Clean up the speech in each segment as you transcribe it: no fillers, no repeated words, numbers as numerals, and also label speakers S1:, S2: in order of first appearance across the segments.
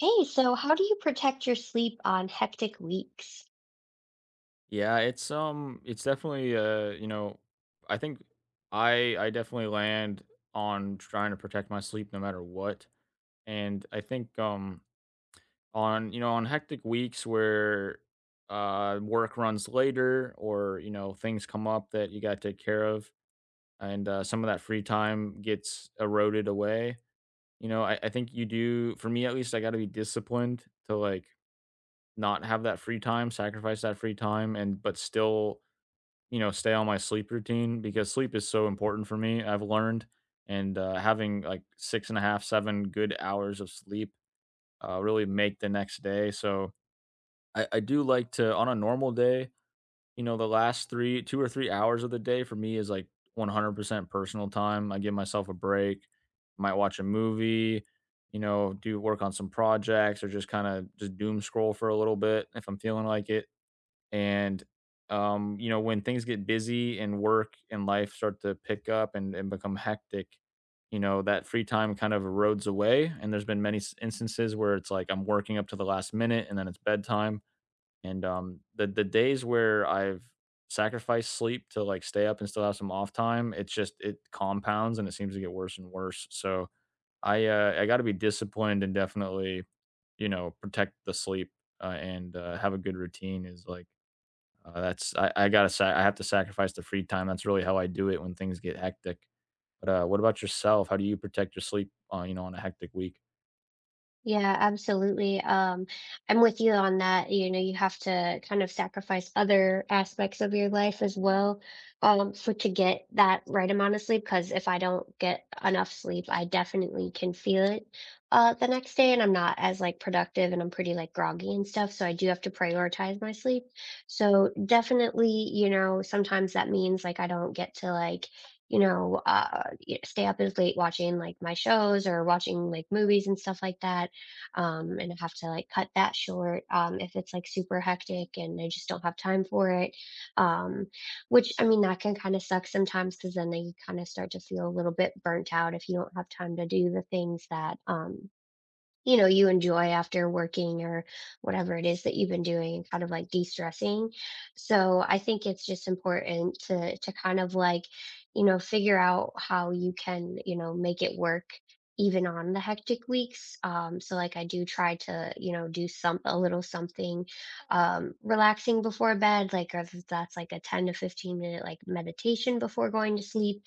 S1: Hey, so how do you protect your sleep on hectic weeks?
S2: Yeah, it's definitely I think I definitely land on trying to protect my sleep no matter what. And I think on on hectic weeks where work runs later or things come up that you got to take care of and some of that free time gets eroded away. You know, I think you do, for me at least, I got to be disciplined to, like, not have that free time, sacrifice that free time, and but still, you know, stay on my sleep routine because sleep is so important for me, I've learned. And having like six and a half, seven good hours of sleep really make the next day. So I do like to, on a normal day, you know, the last three, 2 or 3 hours of the day for me is like 100% personal time. I give myself a break, might watch a movie, you know, do work on some projects, or just kind of just doom scroll for a little bit if I'm feeling like it. and, you know, when things get busy and work and life start to pick up and, become hectic, you know, that free time kind of erodes away. And there's been many instances where it's like I'm working up to the last minute and then it's bedtime. And The days where I've sacrificed sleep to, like, stay up and still have some off time, it's just, it compounds and it seems to get worse and worse. So I got to be disciplined, and definitely, you know, protect the sleep and have a good routine. Is like, that's I gotta sa I have to sacrifice the free time. That's really how I do it when things get hectic. But, what about yourself? How do you protect your sleep, you know, on a hectic week?
S1: Yeah, absolutely. I'm with you on that. You know, you have to kind of sacrifice other aspects of your life as well, for to get that right amount of sleep. Because if I don't get enough sleep, I definitely can feel it the next day, and I'm not as like productive, and I'm pretty like groggy and stuff. So I do have to prioritize my sleep. So definitely, you know, sometimes that means like I don't get to like you know, stay up as late watching like my shows or watching like movies and stuff like that and I have to like cut that short if it's like super hectic and I just don't have time for it. Um, which I mean, that can kind of suck sometimes because then you kind of start to feel a little bit burnt out if you don't have time to do the things that you know, you enjoy after working or whatever it is that you've been doing and kind of like de-stressing. So I think it's just important to kind of like, you know, figure out how you can, you know, make it work even on the hectic weeks. So like I do try to, you know, do some a little something relaxing before bed, like if that's like a 10 to 15 minute like meditation before going to sleep,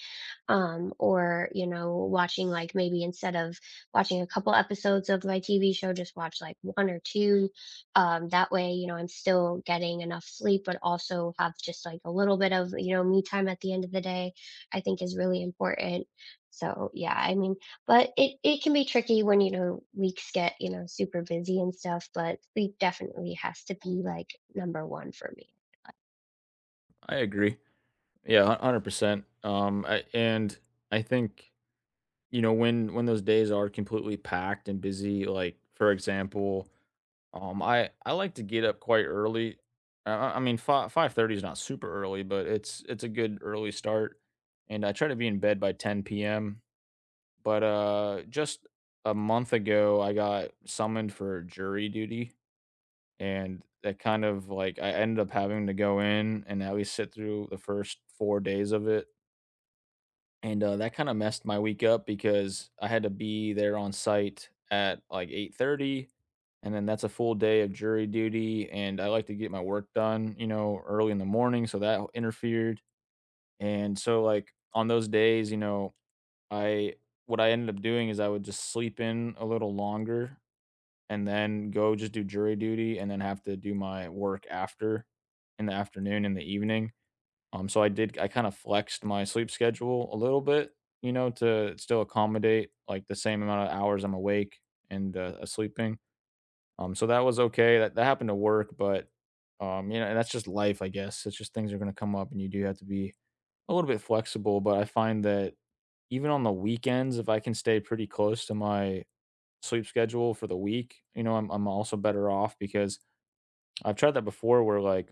S1: or you know, watching like maybe instead of watching a couple episodes of my TV show, just watch like one or two. That way, you know, I'm still getting enough sleep but also have just like a little bit of, you know, me time at the end of the day, I think, is really important. So yeah, I mean, but it can be tricky when, you know, weeks get, you know, super busy and stuff, but sleep definitely has to be like number one for me.
S2: I agree. Yeah, hun 100%. I and I think, you know, when those days are completely packed and busy, like, for example, I like to get up quite early. I mean, five 5:30 is not super early, but it's a good early start, and I try to be in bed by 10 PM. But, just a month ago, I got summoned for jury duty, and that kind of, like, I ended up having to go in and at least sit through the first 4 days of it, and, that kinda messed my week up because I had to be there on site at, like, 8:30, and then that's a full day of jury duty, and I like to get my work done, you know, early in the morning, so that interfered. And so, like, on those days, you know, I, what I ended up doing is I would just sleep in a little longer and then go just do jury duty and then have to do my work after in the afternoon and the evening. So I did, I kind of flexed my sleep schedule a little bit, you know, to still accommodate like the same amount of hours I'm awake and sleeping. So that was okay. That happened to work. But you know, and that's just life, I guess. It's just, things are going to come up, and you do have to be a little bit flexible. But I find that even on the weekends, if I can stay pretty close to my sleep schedule for the week, you know, I'm also better off because I've tried that before where, like,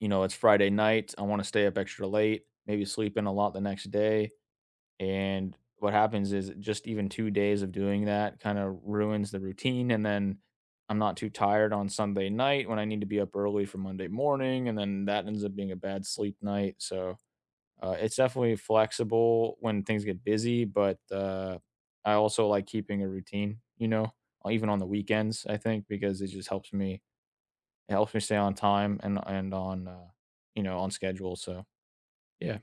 S2: you know, it's Friday night, I want to stay up extra late, maybe sleep in a lot the next day, and what happens is just even 2 days of doing that kind of ruins the routine, and then I'm not too tired on Sunday night when I need to be up early for Monday morning, and then that ends up being a bad sleep night. So, it's definitely flexible when things get busy, but, I also like keeping a routine, you know, even on the weekends, I think, because it just helps me, it helps me stay on time and on, you know, on schedule. So, yeah.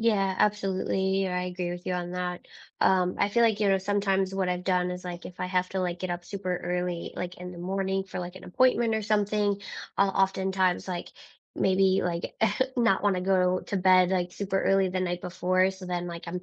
S1: Yeah, absolutely. I agree with you on that. I feel like, you know, sometimes what I've done is like if I have to like get up super early, like in the morning for like an appointment or something, I'll oftentimes like maybe like not want to go to bed like super early the night before. So then like I'm,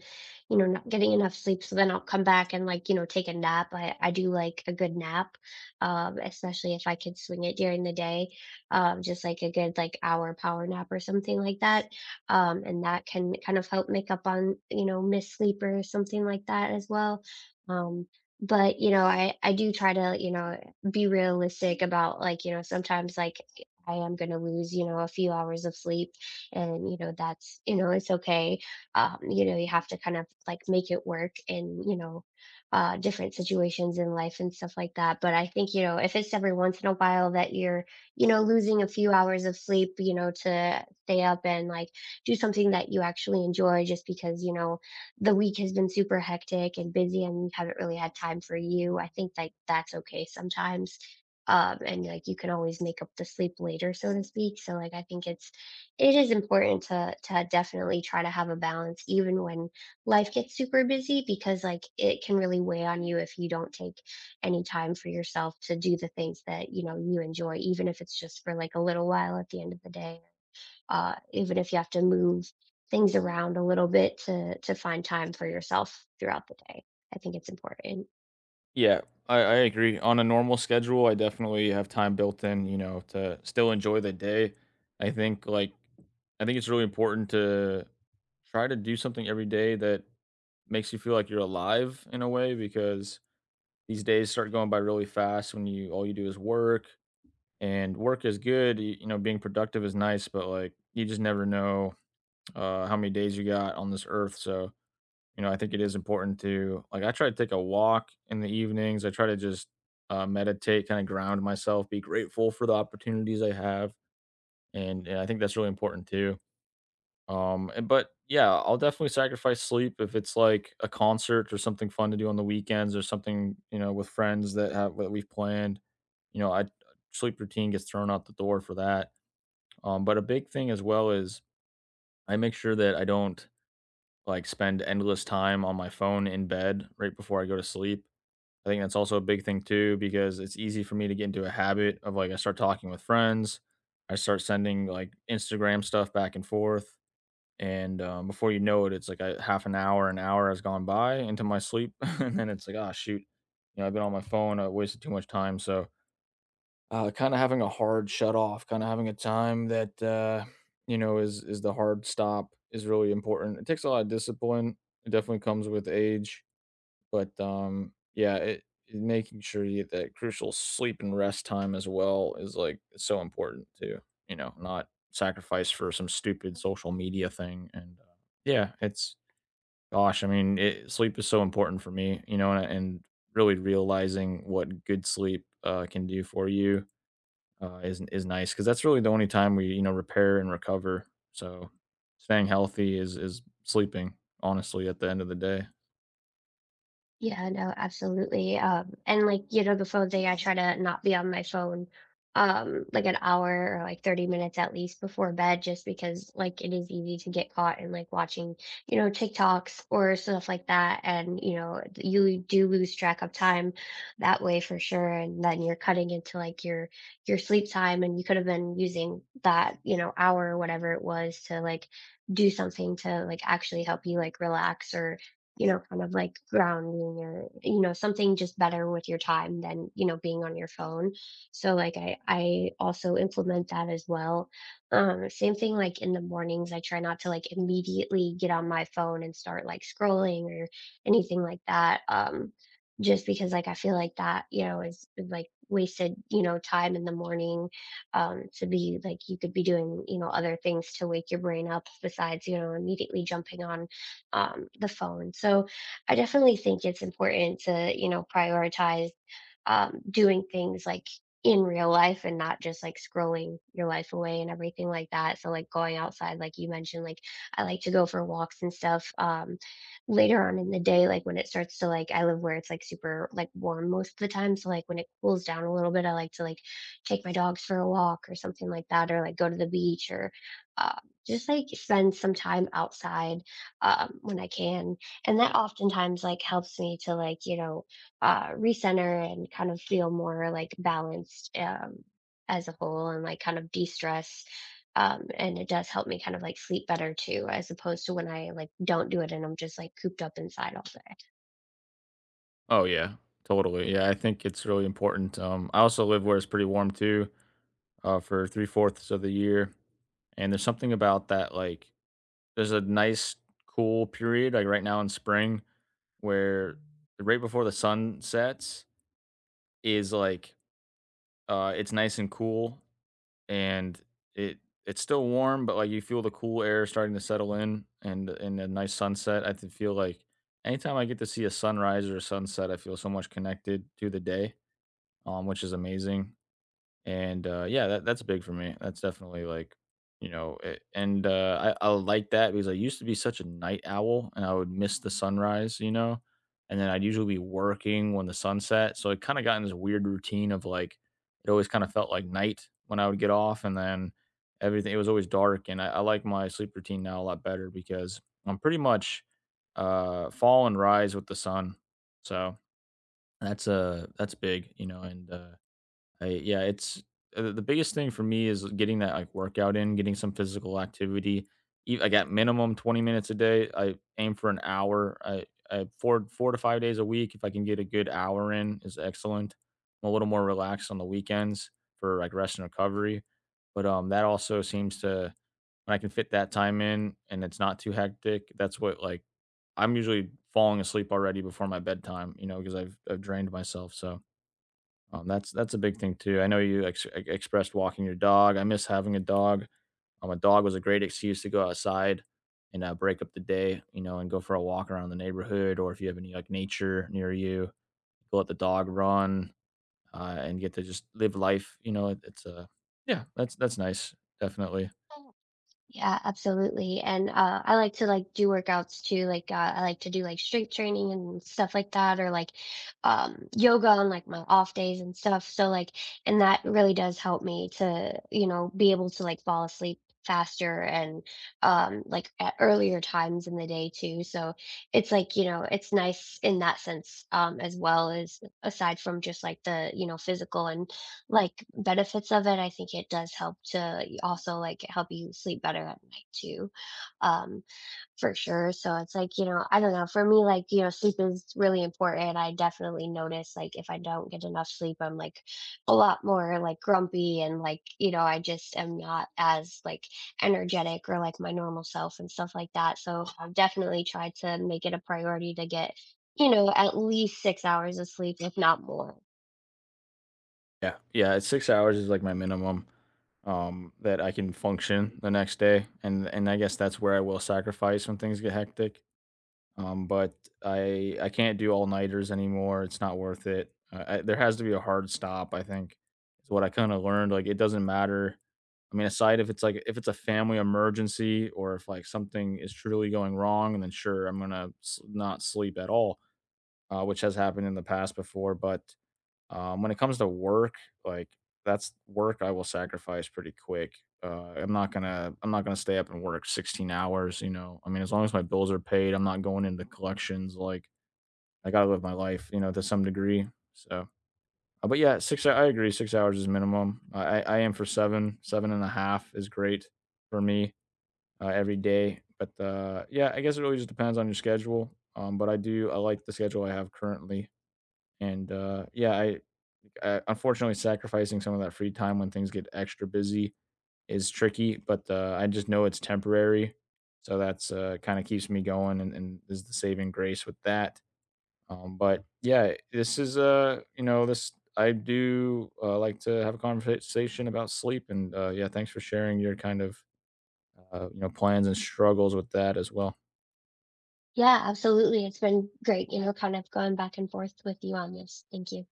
S1: you know, not getting enough sleep. So then I'll come back and like, you know, take a nap. I do like a good nap, especially if I could swing it during the day, just like a good like hour power nap or something like that, and that can kind of help make up on, you know, missed sleep or something like that as well. Um, but you know, I do try to, you know, be realistic about like, you know, sometimes like I am going to lose, you know, a few hours of sleep, and you know, that's, you know, it's okay. You know, you have to kind of like make it work in, you know, different situations in life and stuff like that. But I think, you know, if it's every once in a while that you're, you know, losing a few hours of sleep, you know, to stay up and like do something that you actually enjoy just because, you know, the week has been super hectic and busy and you haven't really had time for you, I think like that's okay sometimes. And like you can always make up the sleep later, so to speak. So like I think it is important to definitely try to have a balance even when life gets super busy, because like it can really weigh on you if you don't take any time for yourself to do the things that you know you enjoy, even if it's just for like a little while at the end of the day, even if you have to move things around a little bit to find time for yourself throughout the day. I think it's important.
S2: Yeah, I agree. On a normal schedule, I definitely have time built in, you know, to still enjoy the day. I think, like, I think it's really important to try to do something every day that makes you feel like you're alive, in a way, because these days start going by really fast when you, all you do is work. And work is good, you know, being productive is nice, but, like, you just never know how many days you got on this earth. So, you know, I think it is important to, like, I try to take a walk in the evenings, I try to just meditate, kind of ground myself, be grateful for the opportunities I have. And I think that's really important too. And But yeah, I'll definitely sacrifice sleep if it's like a concert or something fun to do on the weekends or something, you know, with friends that have that we've planned. You know, I, sleep routine gets thrown out the door for that. But a big thing as well is I make sure that I don't, like, spend endless time on my phone in bed right before I go to sleep. I think that's also a big thing too, because it's easy for me to get into a habit of, like, I start talking with friends, I start sending like Instagram stuff back and forth and before you know it, it's like a half an hour has gone by into my sleep, and then it's like, "Ah, shoot." You know, I've been on my phone, I wasted too much time. So, kinda having a hard shut off, kinda having a time that, you know, is the hard stop is really important. It takes a lot of discipline. It definitely comes with age. But, yeah, making sure you get that crucial sleep and rest time as well is, like, it's so important to, you know, not sacrifice for some stupid social media thing. And, yeah, it's, gosh, I mean, it sleep is so important for me, you know, and really realizing what good sleep, can do for you, is nice, because that's really the only time we, you know, repair and recover. So staying healthy is sleeping, honestly, at the end of the day.
S1: Yeah, no, absolutely. And like, you know, the phone thing, I try to not be on my phone like an hour or like 30 minutes at least before bed, just because like it is easy to get caught in like watching, you know, TikToks or stuff like that. And, you know, you do lose track of time that way for sure. And then you're cutting into like your sleep time, and you could have been using that, you know, hour or whatever it was to like do something to like actually help you like relax or, you know, kind of like grounding or, you know, something just better with your time than, you know, being on your phone. So like I also implement that as well. Same thing like in the mornings, I try not to like immediately get on my phone and start like scrolling or anything like that. Just because like I feel like that, you know, is, like, wasted, you know, time in the morning, to be like you could be doing, you know, other things to wake your brain up besides, you know, immediately jumping on the phone. So I definitely think it's important to, you know, prioritize doing things like in real life and not just like scrolling your life away and everything like that. So like going outside, like you mentioned, like I like to go for walks and stuff later on in the day, like when it starts to like I live where it's like super like warm most of the time. So like when it cools down a little bit, I like to like take my dogs for a walk or something like that, or like go to the beach or uh, just like spend some time outside when I can. And that oftentimes like helps me to like, you know, recenter and kind of feel more like balanced as a whole and like kind of de-stress. And it does help me kind of like sleep better too, as opposed to when I like don't do it and I'm just like cooped up inside all day.
S2: Oh yeah, totally. Yeah, I think it's really important. I also live where it's pretty warm too, for three-fourths of the year, and there's something about that. Like, there's a nice cool period, like right now in spring, where right before the sun sets is like, it's nice and cool, and it it's still warm, but, like, you feel the cool air starting to settle in, and a nice sunset. I feel like anytime I get to see a sunrise or a sunset, I feel so much connected to the day which is amazing. And yeah, that's big for me. That's definitely like, you know, it, and I like that because I used to be such a night owl and I would miss the sunrise, you know, and then I'd usually be working when the sun set. So I kind of got in this weird routine of like, it always kind of felt like night when I would get off, and then everything, it was always dark. And I like my sleep routine now a lot better because I'm pretty much fall and rise with the sun. So that's big, you know, and I yeah, it's the biggest thing for me is getting that like workout in, getting some physical activity. Like at minimum 20 minutes a day. I aim for an hour. I four 4 to 5 days a week. If I can get a good hour in, is excellent. I'm a little more relaxed on the weekends for like rest and recovery, but that also seems to, when I can fit that time in and it's not too hectic, that's what, like, I'm usually falling asleep already before my bedtime, you know, because I've drained myself. So that's a big thing too. I know you expressed walking your dog. I miss having a dog. A dog was a great excuse to go outside and break up the day, you know, and go for a walk around the neighborhood, or if you have any like nature near you, go let the dog run and get to just live life. You know, it's yeah, that's nice, definitely.
S1: Yeah, absolutely. And I like to like do workouts too. Like I like to do like strength training and stuff like that, or like yoga on like my off days and stuff. So like, and that really does help me to, you know, be able to like fall asleep faster and like at earlier times in the day too. So it's like, you know, it's nice in that sense, as well as aside from just like the, you know, physical and like, benefits of it, I think it does help to also, like, help you sleep better at night too, um, for sure. So it's like, you know, I don't know, for me, like, you know, sleep is really important. I definitely notice, like, if I don't get enough sleep, I'm, like, a lot more, like, grumpy and, like, you know, I just am not as, like, energetic or, like, my normal self and stuff like that, so I've definitely tried to make it a priority to get, you know, at least 6 hours of sleep, if not more.
S2: Yeah, yeah, it's 6 hours is like my minimum that I can function the next day, and I guess that's where I will sacrifice when things get hectic. But I can't do all-nighters anymore, it's not worth it. I There has to be a hard stop, I think, is what I kinda learned. Like, it doesn't matter, I mean, aside, if it's, like, if it's a family emergency or if, like, something is truly going wrong, and then sure, I'm gonna s not sleep at all, which has happened in the past before. But when it comes to work, like, that's work I will sacrifice pretty quick. I'm not gonna stay up and work 16 hours, you know. I mean, as long as my bills are paid, I'm not going into collections. Like, I gotta live my life, you know, to some degree. So, but yeah, six. I agree. 6 hours is minimum. I am for seven. Seven and a half is great for me every day. But yeah, I guess it really just depends on your schedule. But I like the schedule I have currently, and yeah, I unfortunately sacrificing some of that free time when things get extra busy is tricky. But I just know it's temporary, so that's kind of keeps me going, and is the saving grace with that. Um, but yeah, this is you know this I do like to have a conversation about sleep, and yeah, thanks for sharing your kind of you know, plans and struggles with that as well.
S1: Yeah, absolutely. It's been great, you know, kind of going back and forth with you on this. Thank you.